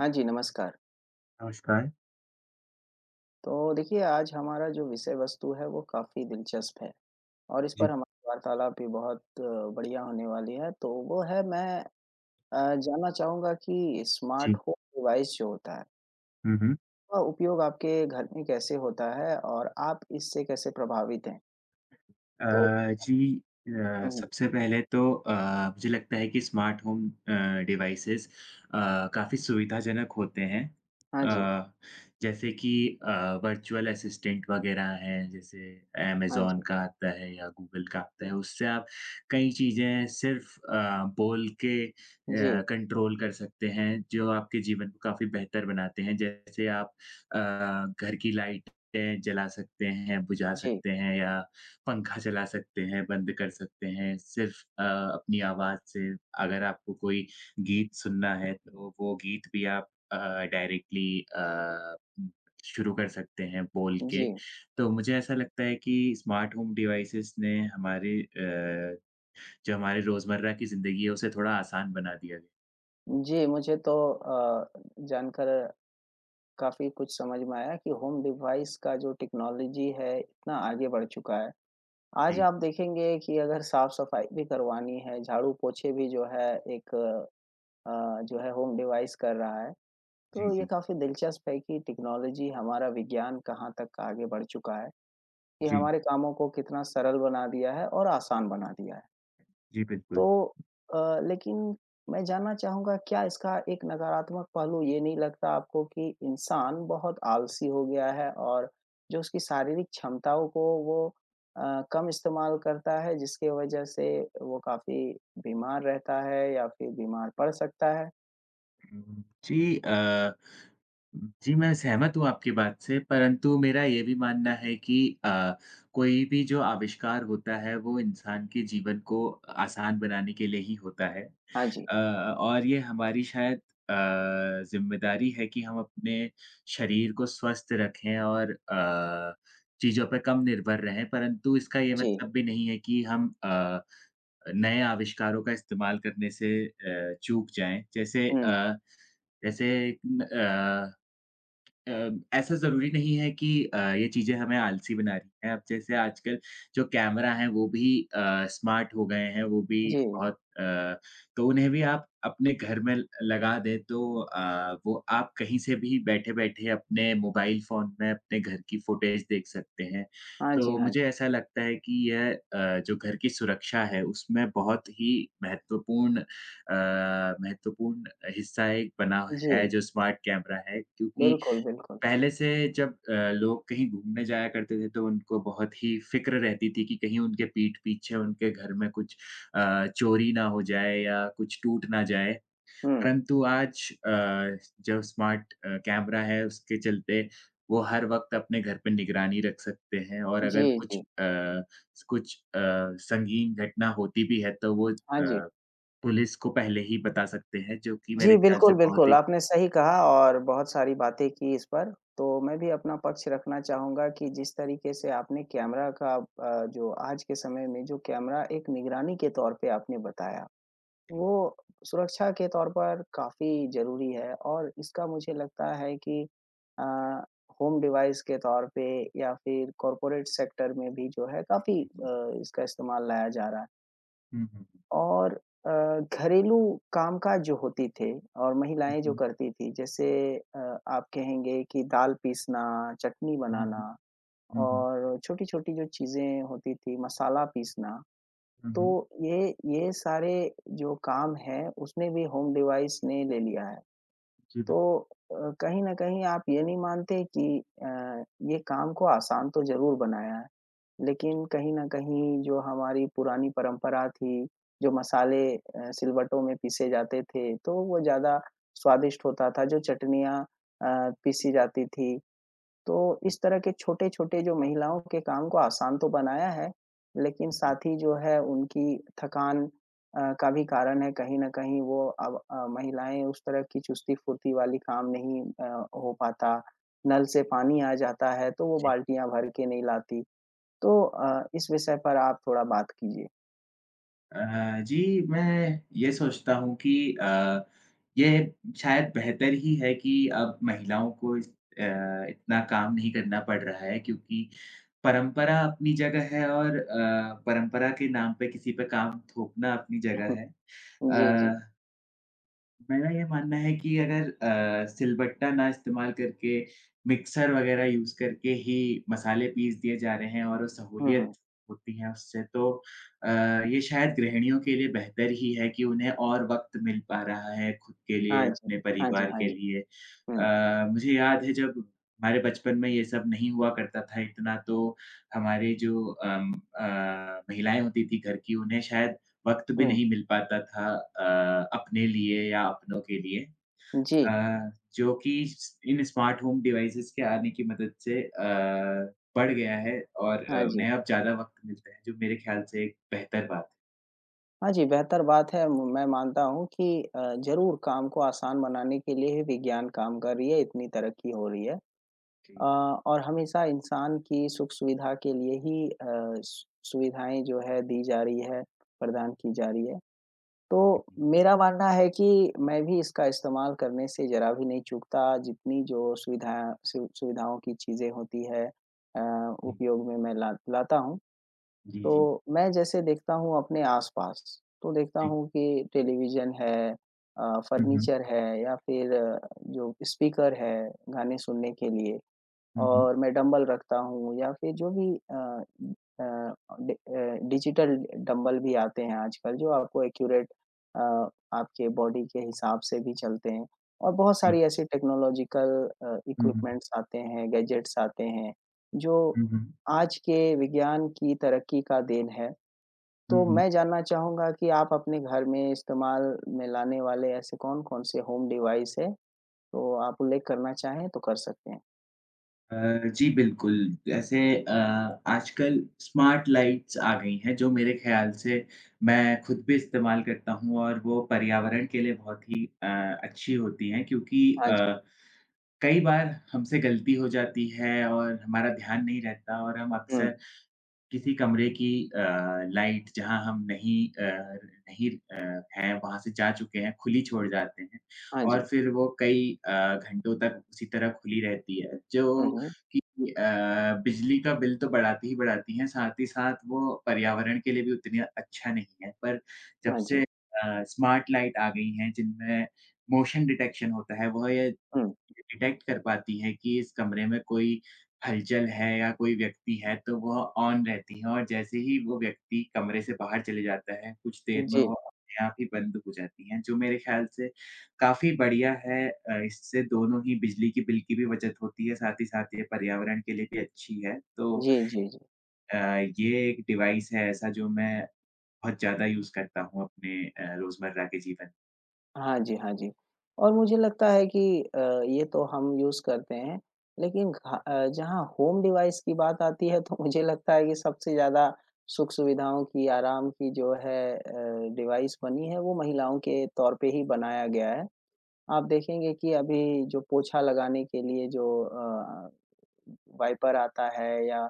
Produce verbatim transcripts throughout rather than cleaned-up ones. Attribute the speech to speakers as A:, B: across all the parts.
A: हाँ जी, नमस्कार।
B: नमस्कार।
A: तो देखिए, आज हमारा जो विषय वस्तु है, वो काफ़ी दिलचस्प है और इस
B: जी,
A: पर हमारी वार्तालाप भी बहुत अ, बढ़िया होने वाली है। तो वो है मैं अ, जानना चाहूँगा कि
B: जी।
A: स्मार्टफ़ोन डिवाइस जो होता है,
B: हुँ, हुँ।
A: उसका उपयोग आपके घर में कैसे होता है और आप इससे कैसे प्रभावित हैं? तो
B: अ, जी अ,
A: हुँ।
B: सबसे पहले तो अ, मुझे लगता है कि स्मार्ट होम अ, डिवाइसेस अ, काफ़ी सुविधाजनक होते हैं।
A: हाँ जी,
B: अ, जैसे कि अ, वर्चुअल असिस्टेंट वगैरह हैं, जैसे
A: हाँ
B: अमेज़न
A: जी।
B: का आता है या गूगल का आता है, उससे आप कई चीज़ें सिर्फ़ अ, बोल के अ,
A: जी,
B: कंट्रोल कर सकते हैं, जो आपके जीवन को काफ़ी बेहतर बनाते हैं। जैसे आप अ, घर की लाइटें जला सकते हैं, बुझा
A: जी,
B: सकते हैं या पंखा चला सकते हैं, बंद कर सकते हैं, सिर्फ़ अ, अपनी आवाज़ से अगर आपको कोई गीत सुनना है तो वो गीत भी आप अ, डायरेक्टली अ, शुरू कर सकते हैं बोल
A: जी,
B: के। तो मुझे ऐसा लगता है कि स्मार्ट होम डिवाइसेज़ ने हमारे अ, जो हमारे रोज़मर्रा की ज़िंदगी है उसे थोड़ा आसान बना दिया है।
A: जी, मुझे तो अ, जानकर काफ़ी कुछ समझ में आया कि होम डिवाइस का जो टेक्नोलॉजी है, इतना आगे बढ़ चुका है। आज
B: जी,
A: आप देखेंगे कि अगर साफ-सफाई भी करवानी है, झाड़ू-पोछे भी जो है एक अ, जो है होम डिवाइस कर रहा है।
B: जी,
A: तो ये
B: जी।
A: काफ़ी दिलचस्प है कि टेक्नोलॉजी हमारा विज्ञान कहाँ तक आगे बढ़ चुका है। ये
B: जी,
A: हमारे कामों को कितना सरल बना दिया है और आसान बना दिया है।
B: जी
A: तो
B: बिल्कुल।
A: अ, लेकिन मैं जानना चाहूँगा क्या इसका एक नकारात्मक पहलू ये नहीं लगता आपको कि इंसान बहुत आलसी हो गया है और जो उसकी शारीरिक क्षमताओं को वो अ, कम इस्तेमाल करता है जिसकी वजह से वो काफ़ी बीमार रहता है या फिर बीमार पड़ सकता है?
B: हुँ, जी अ, जी, मैं सहमत हूँ आपकी बात से, परंतु मेरा ये भी मानना है कि अ, कोई भी जो आविष्कार होता है, वो इंसान के जीवन को आसान बनाने के लिए ही होता है।
A: हाँ जी,
B: अ, और ये हमारी शायद अ, ज़िम्मेदारी है कि हम अपने शरीर को स्वस्थ रखें और अ, चीज़ों पे कम निर्भर रहें, परंतु इसका ये
A: जी।
B: मतलब भी नहीं है कि हम अ, नए आविष्कारों का इस्तेमाल करने से अ, चूक जाएँ। जैसे
A: हुँ,
B: अ जैसे न अ, अ, ऐसा ज़रूरी नहीं है कि अ, ये चीज़ें हमें आलसी बना रही हैं। अब जैसे आजकल जो कैमरा हैं वो भी अ, स्मार्ट हो गए हैं, वो भी
A: जी।
B: बहुत अ, तो उन्हें भी आप अपने घर में ल लगा दें तो अ, वो आप कहीं से भी बैठे-बैठे अपने मोबाइल फ़ोन में अपने घर की फुटेज देख सकते हैं।
A: हाँ जी,
B: तो
A: हाँ जी।
B: मुझे ऐसा लगता है कि यह अ, जो घर की सुरक्षा है उसमें बहुत ही महत्वपूर्ण अ, महत्वपूर्ण हिस्सा एक बना है
A: जी,
B: जो स्मार्ट कैमरा है क्योंकि
A: बिल्कुल, बिल्कुल।
B: पहले से जब अ, लोग कहीं घूमने जाया करते थे तो उनको बहुत ही फ़िक्र रहती थी कि कहीं उनके पीठ पीछे उनके घर में कुछ अ, चोरी ना हो जाए या कुछ टूट ना जाए।
A: हुँ,
B: परंतु आज अ, जो स्मार्ट अ, कैमरा है उसके चलते वो हर वक़्त अपने घर पे निगरानी रख सकते हैं और
A: जी,
B: अगर कुछ
A: जी।
B: अ, कुछ अ, संगीन घटना होती भी है तो वो
A: हाँ जी।
B: अ, पुलिस को पहले ही बता सकते हैं जो कि
A: जी,
B: मेरे ख्याल से
A: बिल्कुल,
B: बहुत
A: बिल्कुल,
B: ही
A: आपने सही कहा और बहुत सारी बातें की इस पर। तो मैं भी अपना पक्ष रखना चाहूँगा कि जिस तरीके से आपने कैमरा का अ, जो आज के समय में जो कैमरा एक निगरानी के तौर पे आपने बताया, वो सुरक्षा के तौर पर काफ़ी ज़रूरी है और इसका मुझे लगता है कि अ, होम डिवाइस के तौर पे या फिर कॉर्पोरेट सेक्टर में भी जो है काफ़ी अ, इसका इस्तेमाल लाया जा रहा है।
B: हुँ, हुँ, हुँ,
A: और अ, घरेलू कामकाज जो होती थे और महिलाएँ जो
B: हुँ,
A: करती थी जैसे अ, आप कहेंगे कि दाल पीसना, चटनी बनाना
B: हुँ। हुँ, हुँ।
A: और छोटी-छोटी जो चीज़ें होती थी, मसाला पीसना,
B: हुँ, हुँ।
A: तो ये ये सारे जो काम हैं उसमें भी होम डिवाइस ने ले लिया है।
B: जी,
A: तो
B: बिल्कुल,
A: अ, कहीं न कहीं आप ये नहीं मानते कि अ, ये काम को आसान तो ज़रूर बनाया है। लेकिन कहीं न कहीं जो हमारी पुरानी परंपरा थी, जो मसाले अ, सिलबट्टों में पीसे जाते थे, तो वो ज़्यादा स्वादिष्ट होता था, जो चटनियाँ अ, पीसी जाती थी। तो
B: जी,
A: इस तरह के छोटे-छोटे जो महिलाओं के काम को आसान तो बनाया है, लेकिन
B: जी,
A: साथ ही जो है उनकी थकान अ, का भी कारण है कहीं न कहीं वो अब अ, महिलाएँ उस तरह की चुस्ती-फुर्ती वाली काम नहीं अ, हो पाता। नल से पानी आ जाता है, तो वो
B: जी।
A: बाल्टियाँ भर के नहीं लाती। तो अ, इस विषय पर आप थोड़ा बात कीजिए।
B: अ, जी, मैं ये सोचता हूँ कि अ, ये शायद बेहतर ही है कि अब महिलाओं को इस अ, इतना काम नहीं करना पड़ रहा है क्योंकि परंपरा अपनी जगह है और अ, परंपरा के नाम पे किसी पे काम थोपना अपनी जगह है।
A: जी, जी।
B: अ मेरा ये मानना है कि अगर अ, सिलबट्टा ना इस्तेमाल करके, मिक्सर वग़ैरह यूज़ करके ही मसाले पीस दिए जा रहे हैं और वो
A: हुँ,
B: सहूलियत
A: हुँ।
B: होती है उससे, तो अ, ये शायद गृहिणियों के लिए बेहतर ही है कि उन्हें और वक़्त मिल पा रहा है खुद के
A: हाँ
B: लिए,
A: जी।
B: अपने
A: हाँ जी,
B: परिवार
A: हाँ
B: के
A: जी।
B: लिए।
A: हुँ,
B: अ, मुझे याद है जब हमारे बचपन में ये सब नहीं हुआ करता था इतना, तो हमारे जो अम अ, महिलाएँ होती थीं घर की, उन्हें शायद वक़्त भी
A: हुँ।
B: नहीं मिल पाता था अ, अपने लिए या अपनों के लिए।
A: जी।
B: अ, जो कि स इन स्मार्ट होम डिवाइसेज़ के आने की मदद से अ, बढ़ गया है और
A: हाँ
B: अ,
A: जी।
B: उन्हें अब ज़्यादा वक़्त मिलता है, जो मेरे ख़्याल से एक बेहतर बात है।
A: हाँ जी, बेहतर बात है। म मैं मानता हूँ कि अ, ज़रूर काम को आसान बनाने के लिए ही विज्ञान काम कर रही है, इतनी तरक्की हो रही है। अ,
B: जी,
A: और हमेशा इंसान की सुख-सुविधा के लिए ही अ, सु सुविधाएँ जो है दी जा रही है, प्रदान की जा रही है। तो
B: जी, जी,
A: मेरा मानना है कि मैं भी इसका इस्तेमाल करने से ज़रा भी नहीं चूकता, जितनी जो सुविधाएँ सु सुविधाओं की चीज़ें होती है अ, उपयोग में मैं ला लाता हूँ।
B: जी, जी, जी,
A: तो मैं जैसे देखता हूँ अपने आस-पास, तो देखता
B: जी,
A: हूँ कि टेलीविज़न है, अ,
B: हुँ, हुँ,
A: फर्नीचर है या फिर जो स्पीकर है गाने सुनने के लिए।
B: हुँ, हुँ,
A: और मैं डंबल रखता हूँ या फिर जो भी अ अ, डि अ, डिजिटल डंबल भी आते हैं आजकल जो आपको एक्यूरेट अ, आपके बॉडी के हिसाब से भी चलते हैं और बहुत
B: जी,
A: सारी ऐसी टेक्नोलॉजिकल अ,
B: हुँ, हुँ,
A: इक्विपमेंट्स आते हैं, गैजेट्स आते हैं, जो
B: हुँ, हुँ,
A: आज के विज्ञान की तरक्की का देन है। तो
B: हुँ।
A: मैं जानना चाहूँगा कि आप अपने घर में इस्तेमाल में लाने वाले ऐसे कौन-कौन से होम डिवाइस हैं? तो आप उल्लेख करना चाहें तो कर सकते हैं।
B: अ, जी, बिल्कुल। जैसे अ, आजकल स्मार्ट लाइट्स आ गई हैं जो मेरे ख़्याल से मैं खुद भी इस्तेमाल करता हूँ और वो पर्यावरण के लिए बहुत ही अ, अच्छी होती हैं क्योंकि
A: हाँ
B: अ,
A: जी।
B: कई बार हमसे गलती हो जाती है और हमारा ध्यान नहीं रहता और हम
A: हुँ।
B: अक्सर किसी कमरे की अ, लाइट जहाँ हम नहीं अ, नहीं अ, हैं, वहाँ से जा चुके हैं, खुली छोड़ जाते हैं
A: हाँ जी।
B: और फिर वो कई अ, घंटों तक उसी तरह खुली रहती है, जो
A: हुँ, हुँ।
B: कि अ, बिजली का बिल तो बढ़ाती ही बढ़ाती हैं, साथ ही साथ वो पर्यावरण के लिए भी उतनी अच्छा नहीं है। पर जब
A: हाँ
B: से
A: जी।
B: अ, स्मार्ट लाइट आ गई हैं, जिनमें मोशन डिटेक्शन होता है, वह ये
A: हुँ।
B: ये डिटेक्ट कर पाती हैं कि इस कमरे में कोई हलचल है या कोई व्यक्ति है, तो वह ऑन रहती हैं और जैसे ही वो व्यक्ति कमरे से बाहर चले जाता है, कुछ देर में
A: जी,
B: वो अपने आप ही बंद हो जाती हैं, जो मेरे ख़्याल से काफ़ी बढ़िया है। अ, इससे दोनों ही बिजली के बिल की भी बचत होती है, साथ ही साथ ये पर्यावरण के लिए भी अच्छी है। तो
A: जी, जी, जी।
B: अ, ये एक डिवाइस है ऐसा जो मैं बहुत ज़्यादा यूज़ करता हूँ अपने अ, रोज़मर्रा के जीवन। में।
A: हाँ जी, हाँ जी। और मुझे लगता है कि अ, ये तो हम यूज़ करते हैं, लेकिन घा अ, जहाँ होम डिवाइस की बात आती है तो मुझे लगता है कि सबसे ज़्यादा सुख सुविधाओं की, आराम की जो है अ, डिवाइस बनी है, वो महिलाओं के तौर पे ही बनाया गया है। आप देखेंगे कि अभी जो पोछा लगाने के लिए जो अ वाइपर आता है या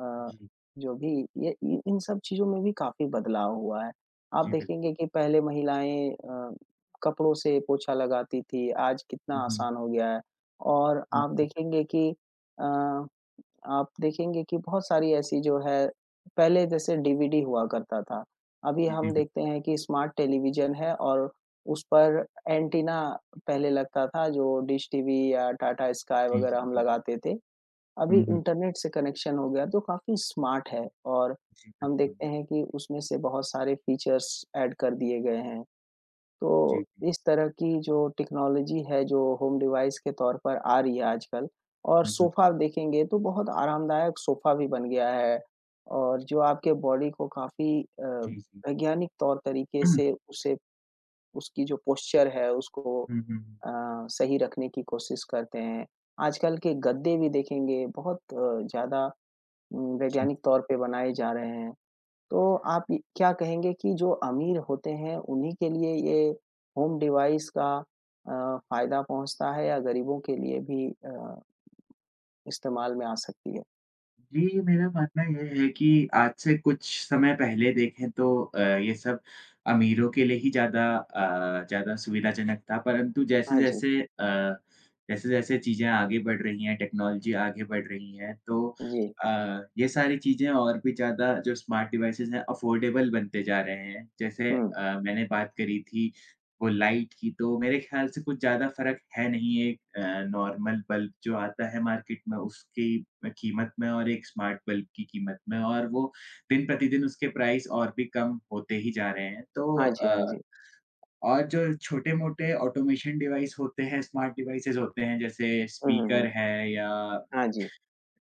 A: अ,
B: जी,
A: जो भी ये इ इन सब चीज़ों में भी काफ़ी बदलाव हुआ है। आप
B: जी, बिल्कुल।
A: देखेंगे कि पहले महिलाएँ अ, कपड़ों से पोछा लगाती थी, आज कितना
B: हुँ, हुँ।
A: आसान हो गया है और
B: हुँ,
A: आप
B: हुँ।
A: देखेंगे कि अ, आप देखेंगे कि बहुत सारी ऐसी जो है पहले जैसे डीवीडी हुआ करता था, अभी
B: जी,
A: हम
B: बिल
A: देखते हैं कि स्मार्ट टेलीविज़न है और उस पर एंटीना पहले लगता था जो डिश टीवी या टाटा स्काई
B: जी, जी,
A: वग़ैरह हम
B: जी, जी।
A: लगाते थे। अभी
B: हुँ, हुँ।
A: इंटरनेट से कनेक्शन हो गया तो काफ़ी स्मार्ट है और
B: जी,
A: हम
B: बिल्कुल।
A: देखते हैं कि उसमें से बहुत सारे फीचर्स ऐड कर दिए गए हैं।
B: जी,
A: तो
B: जी।
A: इस तरह की जो टेक्नोलॉजी है जो होम डिवाइस के तौर पर आ रही है आजकल और
B: हुँ, हुँ,
A: सोफ़ा
B: हुँ।
A: देखेंगे तो बहुत आरामदायक सोफ़ा भी बन गया है और जो आपके बॉडी को काफ़ी अ,
B: जी, जी।
A: वैज्ञानिक तौर तरीके से उसे उसकी जो पोस्चर है उसको
B: हुँ,
A: अ,
B: हुँ, हुँ।
A: सही रखने की कोशिश करते हैं। आजकल के गद्दे भी देखेंगे बहुत अ, ज़्यादा उम,
B: जी।
A: वैज्ञानिक तौर पे बनाए जा रहे हैं। तो आप ये क्या कहेंगे कि जो अमीर होते हैं उन्हीं के लिए ये होम डिवाइस का अ, फ़ायदा पहुँचता है या गरीबों के लिए भी अ, इस्तेमाल में आ सकती है?
B: जी, मेरा मानना यह है कि आज से कुछ समय पहले देखें तो अ, ये सब अमीरों के लिए ही ज़्यादा अ, ज़्यादा सुविधाजनक था, परंतु
A: हाँ जी,
B: जैसे-जैसे अ, जैसे-जैसे चीज़ें आगे बढ़ रही हैं, टेक्नोलॉजी आगे बढ़ रही है, तो
A: जी।
B: अ, ये सारी चीज़ें और भी ज़्यादा जो स्मार्ट डिवाइसेज़ हैं, अफ़ोर्डेबल बनते जा रहे हैं। जैसे
A: हुँ।
B: अ, मैंने बात करी थी वो लाइट की तो मेरे ख़्याल से कुछ ज़्यादा फ़र्क है नहीं एक अ, नॉर्मल बल्ब जो आता है मार्केट में उसकी अ, कीमत में और एक स्मार्ट बल्ब की कीमत में और वो दिन प्रतिदिन उसके प्राइस और भी कम होते ही जा रहे हैं। तो
A: हाँ जी, हाँ
B: अ,
A: जी।
B: और जो छोटे-मोटे ऑटोमेशन डिवाइस होते हैं, स्मार्ट डिवाइसेज़ होते हैं जैसे
A: हुँ, हुँ,
B: स्पीकर
A: हुँ।
B: है या
A: हाँ जी,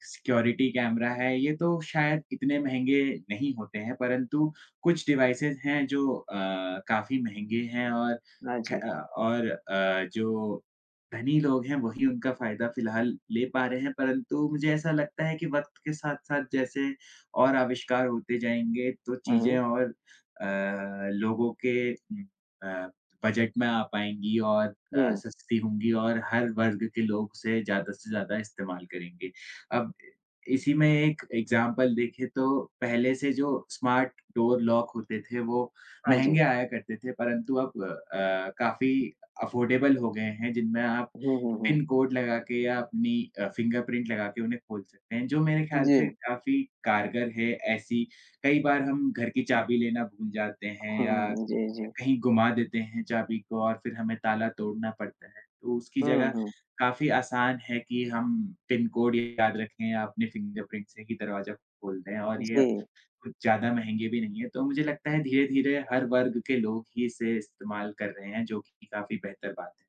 B: सिक्योरिटी कैमरा है, ये तो शायद इतने महँगे नहीं होते हैं, परंतु कुछ डिवाइसेज़ हैं जो अ, काफ़ी महँगे हैं और
A: हाँ
B: ख
A: जी।
B: अ, और अ, जो धनी लोग हैं वही उनका फ़ायदा फ़िलहाल ले पा रहे हैं, परंतु मुझे ऐसा लगता है कि वक़्त के साथ-साथ जैसे और आविष्कार होते जाएँगे, तो
A: हुँ,
B: चीज़ें
A: हुँ।
B: और अ, लोगों के उम, अ, बजट में आ पाएँगी और अ,
A: हुँ,
B: सस्ती होंगी और हर वर्ग के लोग उसे ज़्यादा से ज़्यादा इस्तेमाल करेंगे। अब इसी में एक एग्ज़ाम्पल देखें तो पहले से जो स्मार्ट डोर लॉक होते थे, वो
A: हाँ जी।
B: महँगे आया करते थे, परंतु अब अ, काफ़ी अफ़ोर्डेबल हो गए हैं, जिनमें आप
A: हुँ, हुँ, हुँ।
B: पिन कोड लगा के या अपनी अ, फ़िंगरप्रिंट लगा के उन्हें खोल सकते हैं, जो मेरे ख़्याल
A: जी।
B: से काफ़ी कारगर है ऐसी कई बार हम घर की चाबी लेना भूल जाते हैं
A: हुँ,
B: या
A: हुँ, हुँ। जी, जी।
B: कहीं गुमा देते हैं चाबी को और फिर हमें ताला तोड़ना पड़ता है। तो उसकी
A: हुँ,
B: जगह
A: हुँ।
B: काफ़ी आसान है कि हम पिन कोड याद रखें या अपने फ़िंगरप्रिंट से ही दरवाज़ा खोल दें और ये
A: जी।
B: अब कुछ ज़्यादा महँगे भी नहीं है। तो मुझे लगता है धीरे-धीरे हर वर्ग के लोग ही इसे इस्तेमाल कर रहे हैं, जो कि काफ़ी बेहतर बात है।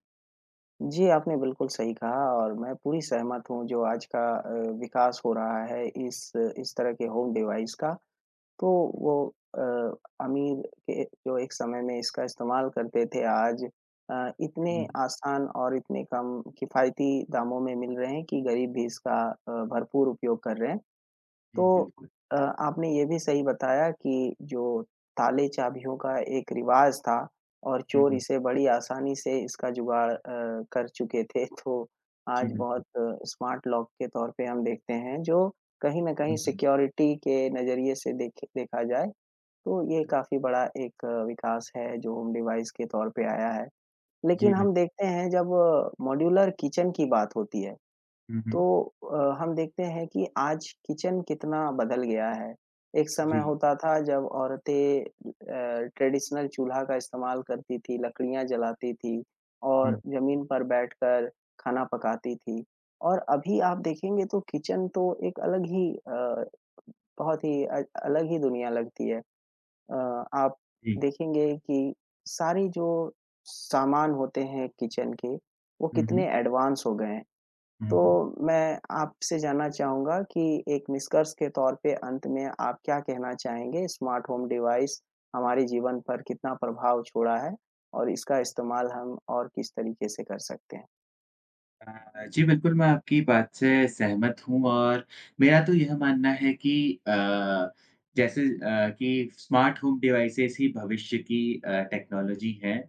A: जी, आपने बिल्कुल सही कहा और मैं पूरी सहमत हूँ जो आज का अ, विकास हो रहा है इस इस तरह के होम डिवाइस का, तो
B: हुँ,
A: वो अ, अमीर के जो एक समय में इसका इस्तेमाल करते थे आज अ, इतने
B: हुँ,
A: आसान और इतने कम किफ़ायती दामों में मिल रहे हैं कि गरीब भी इसका अ, भरपूर उपयोग कर रहे हैं।
B: जी,
A: तो
B: बिल्कुल।
A: अ, आपने ये भी सही बताया कि जो ताले चाबियों का एक रिवाज था और
B: हुँ,
A: चोर
B: हुँ।
A: इसे बड़ी आसानी से इसका जुगाड़ अ, कर चुके थे। तो
B: जी,
A: आज बहुत
B: बिल्कुल।
A: स्मार्ट लॉक के तौर पे हम देखते हैं जो कहीं न कहीं
B: हुँ, हुँ।
A: सिक्योरिटी के नज़रिए से देखे देखा जाए तो ये काफ़ी बड़ा एक अ, विकास है जो होम डिवाइस के तौर पे आया है। लेकिन
B: जी, बिल
A: हम देखते हैं जब मॉड्यूलर किचन की बात होती है
B: हुँ,
A: तो
B: हुँ।
A: अ, हम देखते हैं कि आज किचन कितना बदल गया है। एक समय
B: जी।
A: होता था जब औरतें अ, ट्रेडिशनल चूल्हा का इस्तेमाल करती थी, लकड़ियाँ जलाती थी
B: हुँ,
A: और ज़मीन पर बैठकर खाना पकाती थी। और अभी आप देखेंगे तो किचन तो एक अलग ही अ, बहुत ही अ, अलग ही दुनिया लगती है। अ, आप
B: जी।
A: देखेंगे कि सारी जो सामान होते हैं किचन के, वो
B: हुँ, हुँ।
A: कितने एडवांस हो गए हैं।
B: हुँ,
A: तो
B: हुँ।
A: मैं आपसे जानना चाहूँगा कि एक निष्कर्ष के तौर पे अंत में आप क्या कहना चाहेंगे स्मार्ट होम डिवाइस हमारे जीवन पर कितना प्रभाव छोड़ा है? और इसका इस्तेमाल हम और किस तरीके से कर सकते हैं?
B: अ, जी, बिल्कुल, मैं आपकी बात से सहमत हूँ और मेरा तो यह मानना है कि अ, जैसे अ, कि स्मार्ट होम डिवाइसेज़ ही भविष्य की अ, टेक्नोलॉजी हैं।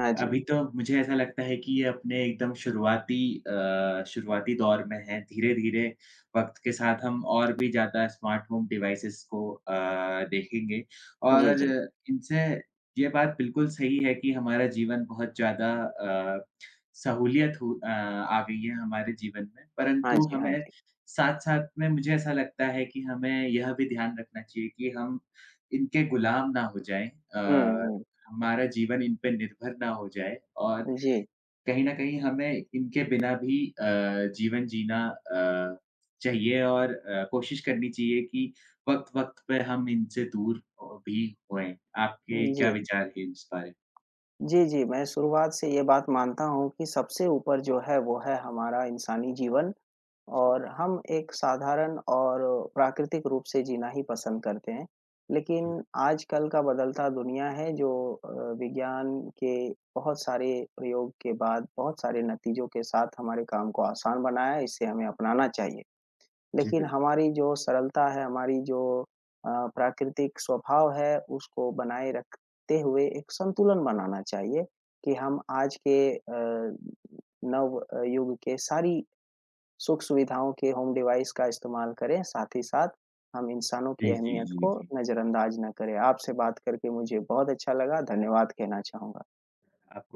A: हाँ जी।
B: अभी तो मुझे ऐसा लगता है कि ये अपने एकदम शुरुआती अ, शुरुआती दौर में है। धीरे-धीरे वक़्त के साथ हम और भी ज़्यादा स्मार्ट होम डिवाइसेज़ को अ, देखेंगे
A: जी,
B: और
A: जी।
B: इनसे ये बात बिल्कुल सही है कि हमारा जीवन बहुत ज़्यादा अ, सहूलियत हो अ, आ गई है हमारे जीवन में।
A: हाँ
B: परंतु
A: जी, हाँ
B: हमें
A: जी।
B: साथ-साथ में मुझे ऐसा लगता है कि हमें यह भी ध्यान रखना चाहिए कि हम इनके गुलाम ना हो जाएँ।
A: हुँ,
B: अ
A: हुँ।
B: हमारा जीवन इन पे निर्भर ना हो जाए और
A: जी,
B: कहीं न कहीं हमें इनके बिना भी अ, जीवन जीना अ, चाहिए और अ, कोशिश करनी चाहिए कि वक़्त-वक़्त पे हम इनसे दूर अ, भी होएँ। आपके क्या
A: जी।
B: विचार हैं इस बारे? में?
A: जी, जी, मैं शुरुआत से ये बात मानता हूँ कि सबसे ऊपर जो है वो है हमारा इंसानी जीवन।
B: जी।
A: और हम एक साधारण और प्राकृतिक रूप से जीना ही पसंद करते हैं।
B: जी,
A: लेकिन आजकल का बदलता दुनिया है जो अ, विज्ञान के बहुत सारे प्रयोग के बाद, बहुत सारे नतीजों के साथ हमारे काम को आसान बनाया है, इसे हमें अपनाना चाहिए।
B: जी,
A: लेकिन
B: बिल्कुल।
A: हमारी जो सरलता है, हमारी जो अ, प्राकृतिक स्वभाव है, उसको बनाए रखते हुए एक संतुलन बनाना चाहिए कि हम आज के अ, नव अ, युग के सारी सुख-सुविधाओं के होम डिवाइस का इस्तेमाल करें, साथ ही साथ हम इंसानों की
B: जी, जी,
A: अहमियत
B: जी,
A: को
B: जी।
A: नज़रअंदाज ना करें। आपसे बात करके मुझे बहुत अच्छा लगा, धन्यवाद कहना चाहूँगा।
B: आपको